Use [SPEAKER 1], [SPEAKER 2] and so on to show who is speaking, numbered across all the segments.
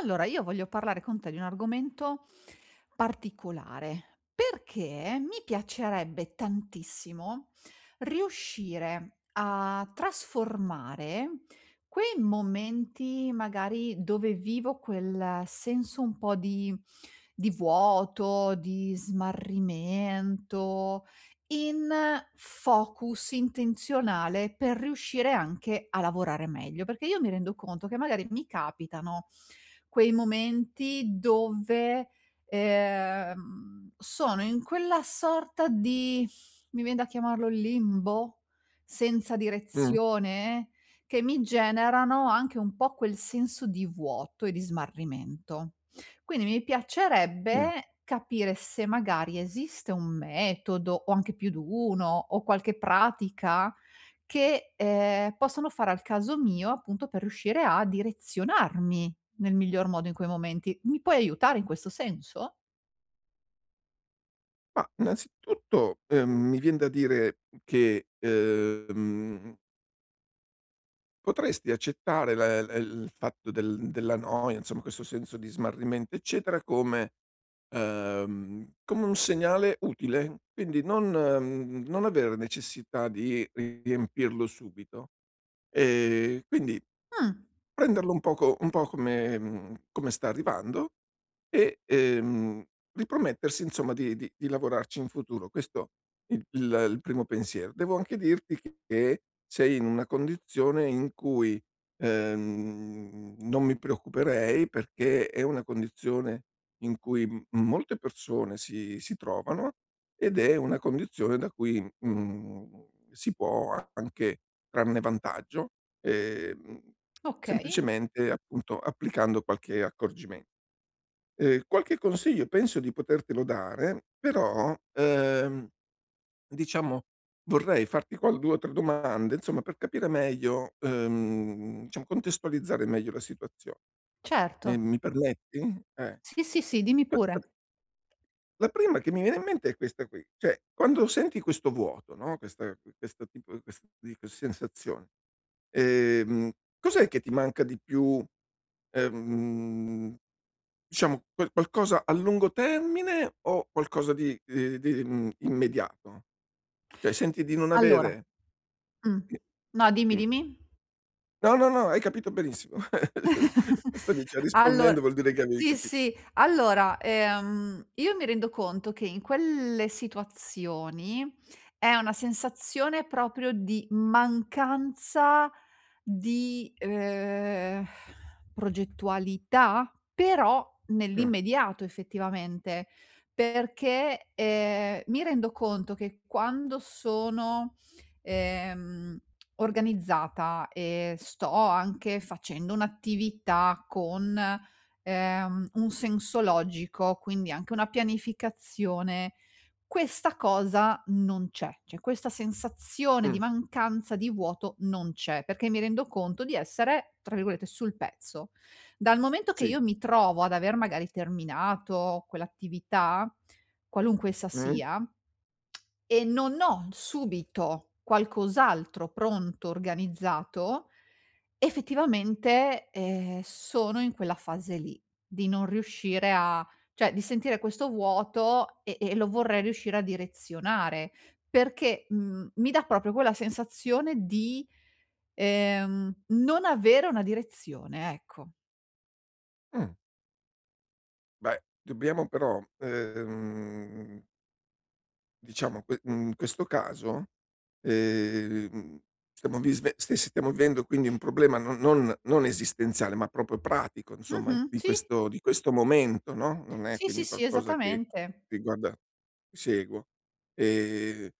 [SPEAKER 1] Allora, io voglio parlare con te di un argomento particolare, perché mi piacerebbe tantissimo riuscire a trasformare quei momenti magari dove vivo quel senso un po' di vuoto, di smarrimento, in focus intenzionale per riuscire anche a lavorare meglio, perché io mi rendo conto che magari mi capitano quei momenti dove, sono in quella sorta di, mi vien da chiamarlo limbo, senza
[SPEAKER 2] Mh,
[SPEAKER 1] direzione, che mi generano anche un po' quel senso di vuoto e di smarrimento. Quindi mi
[SPEAKER 2] mh.
[SPEAKER 1] piacerebbe capire se magari esiste un metodo, o anche più d'uno, o qualche pratica che, possono fare al caso mio, appunto, per riuscire a direzionarmi nel miglior modo in quei momenti. Mi puoi aiutare in questo senso?
[SPEAKER 2] Ma innanzitutto, mi vien da dire che, potresti accettare la il fatto della noia, insomma questo senso di smarrimento eccetera come come un segnale utile, quindi non non avere necessità di riempirlo subito. Ehm, quindi
[SPEAKER 1] Mh,
[SPEAKER 2] Prenderlo un poco un po' come come sta arrivando e, ripromettersi insomma di lavorarci in futuro. Questo è il il primo pensiero. Devo anche dirti che sei in una condizione in cui, non mi preoccuperei perché è una condizione in cui m molte persone si trovano ed è una condizione da cui, si può anche trarne vantaggio, ehm
[SPEAKER 1] okay,
[SPEAKER 2] Semplicemente, appunto, applicando qualche accorgimen. Qualche consiglio penso di potertelo dare, però, diciamo vorrei farti qual 2 o 3 domande, insomma, per capire meglio, diciamo contestualizzare meglio la situazione. Mi
[SPEAKER 1] certo.
[SPEAKER 2] mi permetti? Eh.
[SPEAKER 1] Sì, sì, sì, dimmi
[SPEAKER 2] que-
[SPEAKER 1] pure.
[SPEAKER 2] La prima che mi viene in mente è questa qui, cioè quando senti questo vuoto, no, questa questo tipo quest di questa sensazione, ehm, cos'è che ti manca di più? Ehm. Diciamo qualcosa a lungo termine o qualcosa di, immediato? Cioè senti di non
[SPEAKER 1] Allora,
[SPEAKER 2] avere
[SPEAKER 1] mh.
[SPEAKER 2] di
[SPEAKER 1] No, dimmi,
[SPEAKER 2] dimmi.
[SPEAKER 1] dimmi.
[SPEAKER 2] No, no, no, hai capito benissimo. Stavi già
[SPEAKER 1] Allora,
[SPEAKER 2] rispondendo, vuol dire che avevi
[SPEAKER 1] sì,
[SPEAKER 2] capito.
[SPEAKER 1] sì. Allora, io mi rendo conto che in quelle situazioni è una sensazione proprio di mancanza di, progettualità, però
[SPEAKER 2] Mh,
[SPEAKER 1] nell'immediato effettivamente, perché, mi rendo conto che quando sono ehm, organizzata e sto anche facendo un'attività con, un senso logico, quindi anche una pianificazione, questa cosa non c'è, cioè questa sensazione di
[SPEAKER 2] mh,
[SPEAKER 1] mancanza, di vuoto non c'è, perché mi rendo conto di essere, tra virgolette, "sul pezzo". Dal momento che
[SPEAKER 2] sì.
[SPEAKER 1] io mi trovo ad aver magari terminato quell'attività, qualunque essa
[SPEAKER 2] Mh,
[SPEAKER 1] sia, e non ho subito qualcos'altro pronto, organizzato, effettivamente, sono in quella fase lì, di non riuscire a, cioè di sentire questo vuoto, e lo vorrei riuscire a direzionare, perché, mi dà proprio quella sensazione di, non avere una direzione, ecco.
[SPEAKER 2] mh. Beh, dobbiamo però, ehm. Diciamo, in questo caso, ehm, stiamo visve st stiamo vivendo quindi un problema non esistenziale, ma proprio pratico insomma
[SPEAKER 1] Mh-mh,
[SPEAKER 2] di
[SPEAKER 1] sì.
[SPEAKER 2] questo momento, no, non è
[SPEAKER 1] Sì, sì,
[SPEAKER 2] quindi
[SPEAKER 1] sì,
[SPEAKER 2] qualcosa che
[SPEAKER 1] esattamente.
[SPEAKER 2] riguarda ti seguo. Ehm,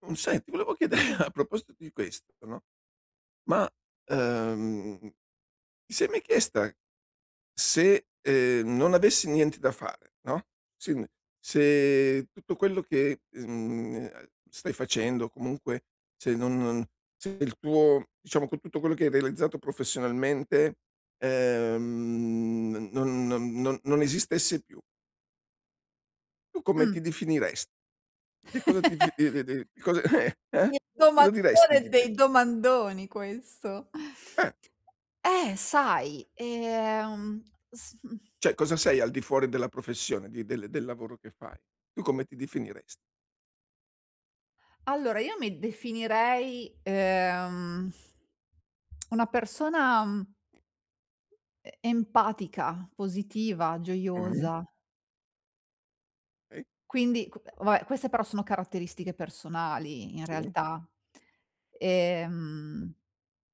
[SPEAKER 2] non senti, volevo chiedere a proposito di questo, no, ma, ehm, ti sei mai chiesta se, non avessi niente da fare, no, sin se tutto quello che, stai facendo, comunque se non se il tuo diciamo con tutto quello che hai realizzato professionalmente, non esistesse più, tu come
[SPEAKER 1] Mh.
[SPEAKER 2] ti definiresti? Che cosa ti fi di cosa eh?
[SPEAKER 1] Il
[SPEAKER 2] Cosa diresti
[SPEAKER 1] domandone
[SPEAKER 2] di te?
[SPEAKER 1] dei domandoni questo.
[SPEAKER 2] Eh,
[SPEAKER 1] Sai, s mhmm,
[SPEAKER 2] cioè cosa sei al di fuori della professione, di del lavoro che fai? Tu come ti definiresti?
[SPEAKER 1] allora io mi definirei, una persona, empatica, positiva,
[SPEAKER 2] Mh-mh,
[SPEAKER 1] gioiosa.
[SPEAKER 2] okay,
[SPEAKER 1] Quindi q vabbè, queste però sono caratteristiche personali in
[SPEAKER 2] sì,
[SPEAKER 1] realtà. Ehm,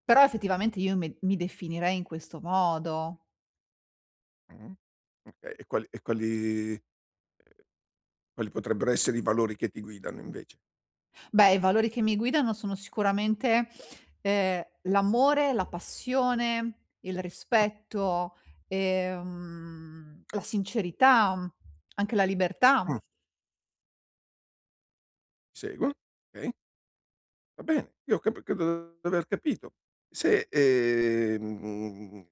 [SPEAKER 1] Però effettivamente io me mi definirei in questo modo.
[SPEAKER 2] mh. Okay, e quali potrebbero essere i valori che ti guidano invece?
[SPEAKER 1] Beh, i valori che mi guidano sono sicuramente, ehm, l'amore, la passione, il rispetto, la sincerità, anche la libertà.
[SPEAKER 2] Mh, ti seguo, okay. Va bene, io cap credo di aver capito. Se,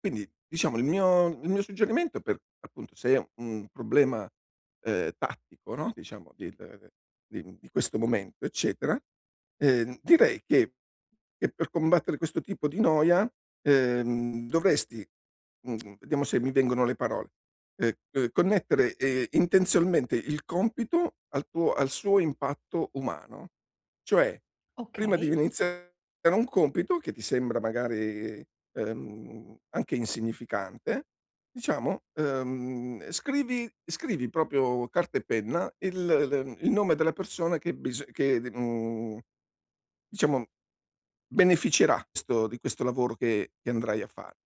[SPEAKER 2] quindi diciamo il mio suggerimento per appunto se è un problema, tattico, no, di questo momento, eccetera, direi che per combattere questo tipo di noia, dovresti, vediamo se mi vengono le parole, connettere, intenzionalmente il compito al tuo al suo impatto umano. Cioè prima di
[SPEAKER 1] Okay.
[SPEAKER 2] iniziare un compito che ti sembra magari, anche insignificante, diciamo, scrivi proprio carta e penna il nome della persona che, diciamo beneficerà sto di questo lavoro che andrai a fare.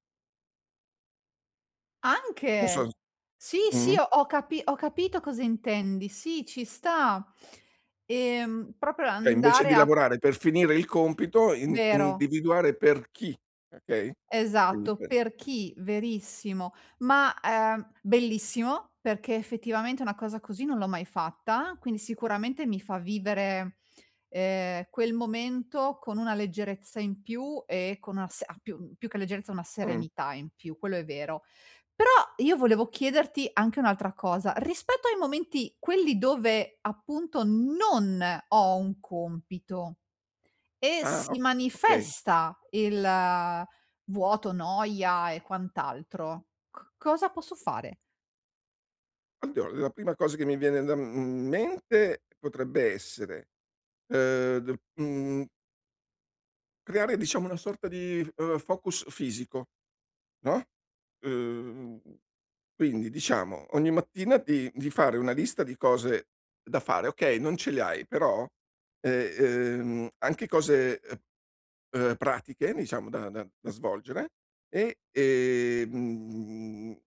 [SPEAKER 2] Non so
[SPEAKER 1] Anche.
[SPEAKER 2] s.
[SPEAKER 1] Sì, sì,
[SPEAKER 2] Mh-mh.
[SPEAKER 1] ho capito cosa intendi. Sì, ci sta. Proprio
[SPEAKER 2] Cioè invece
[SPEAKER 1] andare
[SPEAKER 2] di
[SPEAKER 1] a,
[SPEAKER 2] lavorare per finire il compito, in
[SPEAKER 1] vero.
[SPEAKER 2] individuare per chi, okay? Quindi
[SPEAKER 1] Esatto,
[SPEAKER 2] per
[SPEAKER 1] per chi? Verissimo. Ma, bellissimo, perché effettivamente una cosa così non l'ho mai fatta, quindi sicuramente mi fa vivere, quel momento con una leggerezza in più e con una se ah, più più che leggerezza, una
[SPEAKER 2] mh.
[SPEAKER 1] serenità in più, quello è vero. Però io volevo chiederti anche un'altra cosa: rispetto ai momenti quelli dove appunto non ho un compito e
[SPEAKER 2] Ah,
[SPEAKER 1] si
[SPEAKER 2] okay.
[SPEAKER 1] manifesta il, vuoto, noia e quant'altro. C cosa posso fare?
[SPEAKER 2] Allora, la prima cosa che mi viene da m mente potrebbe essere, ehm, d mhmm, creare diciamo una sorta di, focus fisico, no, ehm, quindi diciamo ogni mattina di fare una lista di cose da fare. Okay, non ce le hai però, ehm, anche cose, pratiche diciamo da svolgere e, ehm.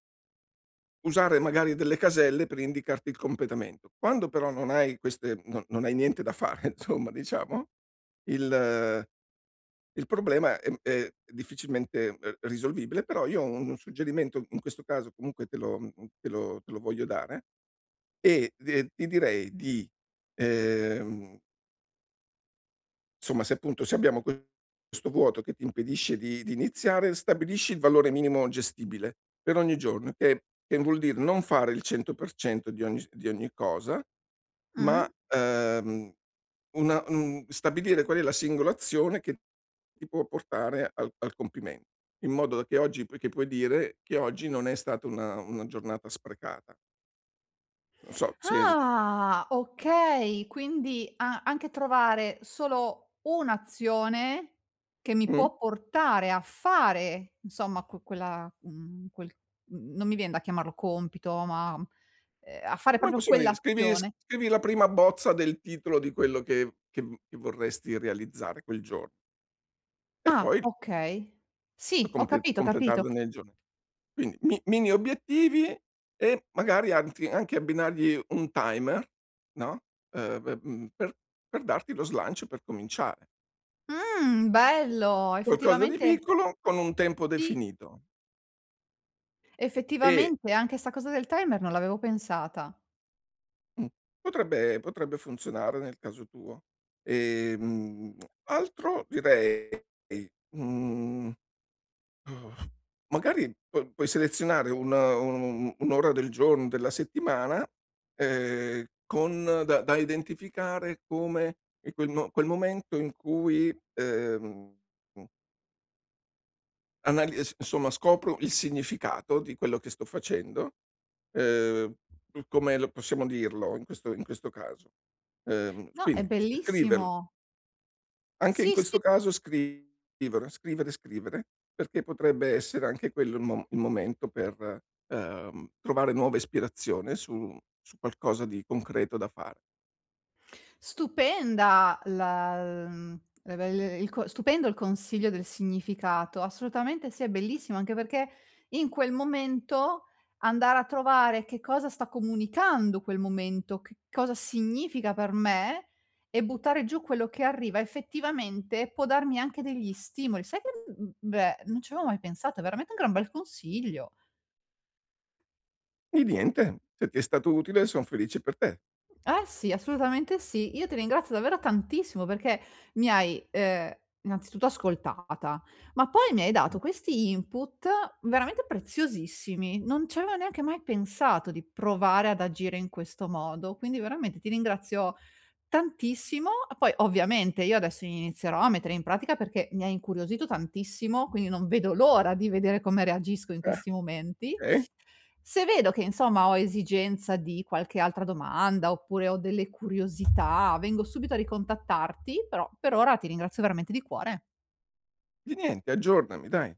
[SPEAKER 2] Usare magari delle caselle per indicarti il completamento. Quando però non hai niente da fare insomma diciamo, il eh, il problema è difficilmente, risolvibile, però io ho un suggerimento in questo caso comunque te lo mhmm, te lo voglio dare e de ti direi di, ehm. Insomma, se appunto se abbiamo questo vuoto che ti impedisce di iniziare, stabilisci il valore minimo gestibile per ogni giorno, che vuol dire non fare il 100% di ogni s di ogni cosa, ma,
[SPEAKER 1] Mh?
[SPEAKER 2] stabilire qual è la singola azione che ti può portare al al compimento, in modo da che oggi che puoi dire che oggi non è stata una giornata sprecata. Non so se
[SPEAKER 1] Ah, okay, quindi a anche trovare solo un'azione che mi
[SPEAKER 2] mh?
[SPEAKER 1] può portare a fare, insomma, que quella mhmm, quel mhmm, non mi vien da chiamarlo compito, ma, a fare
[SPEAKER 2] Come
[SPEAKER 1] proprio
[SPEAKER 2] possiamo dire,
[SPEAKER 1] quell'azione.
[SPEAKER 2] scrivi la prima bozza del titolo di quello che vorresti realizzare quel giorno e
[SPEAKER 1] Ah,
[SPEAKER 2] poi
[SPEAKER 1] okay. Sì, ho capito, ho capito.
[SPEAKER 2] completarlo nel giorno. Quindi mi mini obiettivi e magari anti anche abbinargli un timer, no, pe mhmm, per darti lo slancio per cominciare.
[SPEAKER 1] Bello,
[SPEAKER 2] Qualcosa di
[SPEAKER 1] effettivamente.
[SPEAKER 2] piccolo con un tempo
[SPEAKER 1] Sì,
[SPEAKER 2] definito e
[SPEAKER 1] effettivamente anche 'sta cosa del timer non l'avevo pensata.
[SPEAKER 2] mh, potrebbe funzionare nel caso tuo. Ehm, altro direi, mhmm. Mhmm, magari pu puoi selezionare un un'ora del giorno, della settimana, con da da identificare come in quel momento in cui, mhmm, anali s insomma scopro il significato di quello che sto facendo, ehm, come lo possiamo dirlo in questo caso.
[SPEAKER 1] No, è
[SPEAKER 2] Quindi s scriverlo.
[SPEAKER 1] bellissimo.
[SPEAKER 2] Anche in
[SPEAKER 1] Sì, sì.
[SPEAKER 2] questo caso scrivere, scrivere, scrivere, perché potrebbe essere anche quello il momento per, trovare nuova ispirazione su su qualcosa di concreto da fare.
[SPEAKER 1] Stupenda la mhmm, la bel il co stupendo il consiglio del significato, assolutamente sì, è bellissimo, anche perché in quel momento andare a trovare che cosa sta comunicando quel momento, che cosa significa per me e buttare giù quello che arriva effettivamente può darmi anche degli stimoli. Sai che, beh, non ci avevo mai pensato, è veramente un gran bel consiglio.
[SPEAKER 2] E niente, se ti è stato utile son felice per te.
[SPEAKER 1] Eh sì, assolutamente sì. Io ti ringrazio davvero tantissimo perché mi hai, innanzitutto ascoltata, ma poi mi hai dato questi input veramente preziosissimi. Non ci avevo neanche mai pensato di provare ad agire in questo modo, quindi veramente ti ringrazio tantissimo. Poi ovviamente io adesso inizierò a mettere in pratica perché mi hai incuriosito tantissimo, quindi non vedo l'ora di vedere come reagisco in
[SPEAKER 2] Eh,
[SPEAKER 1] questi momenti,
[SPEAKER 2] okay?
[SPEAKER 1] se vedo che insomma ho esigenza di qualche altra domanda, oppure ho delle curiosità, vengo subito a ricontattarti, però per ora ti ringrazio veramente di cuore.
[SPEAKER 2] Di niente, aggiornami dai.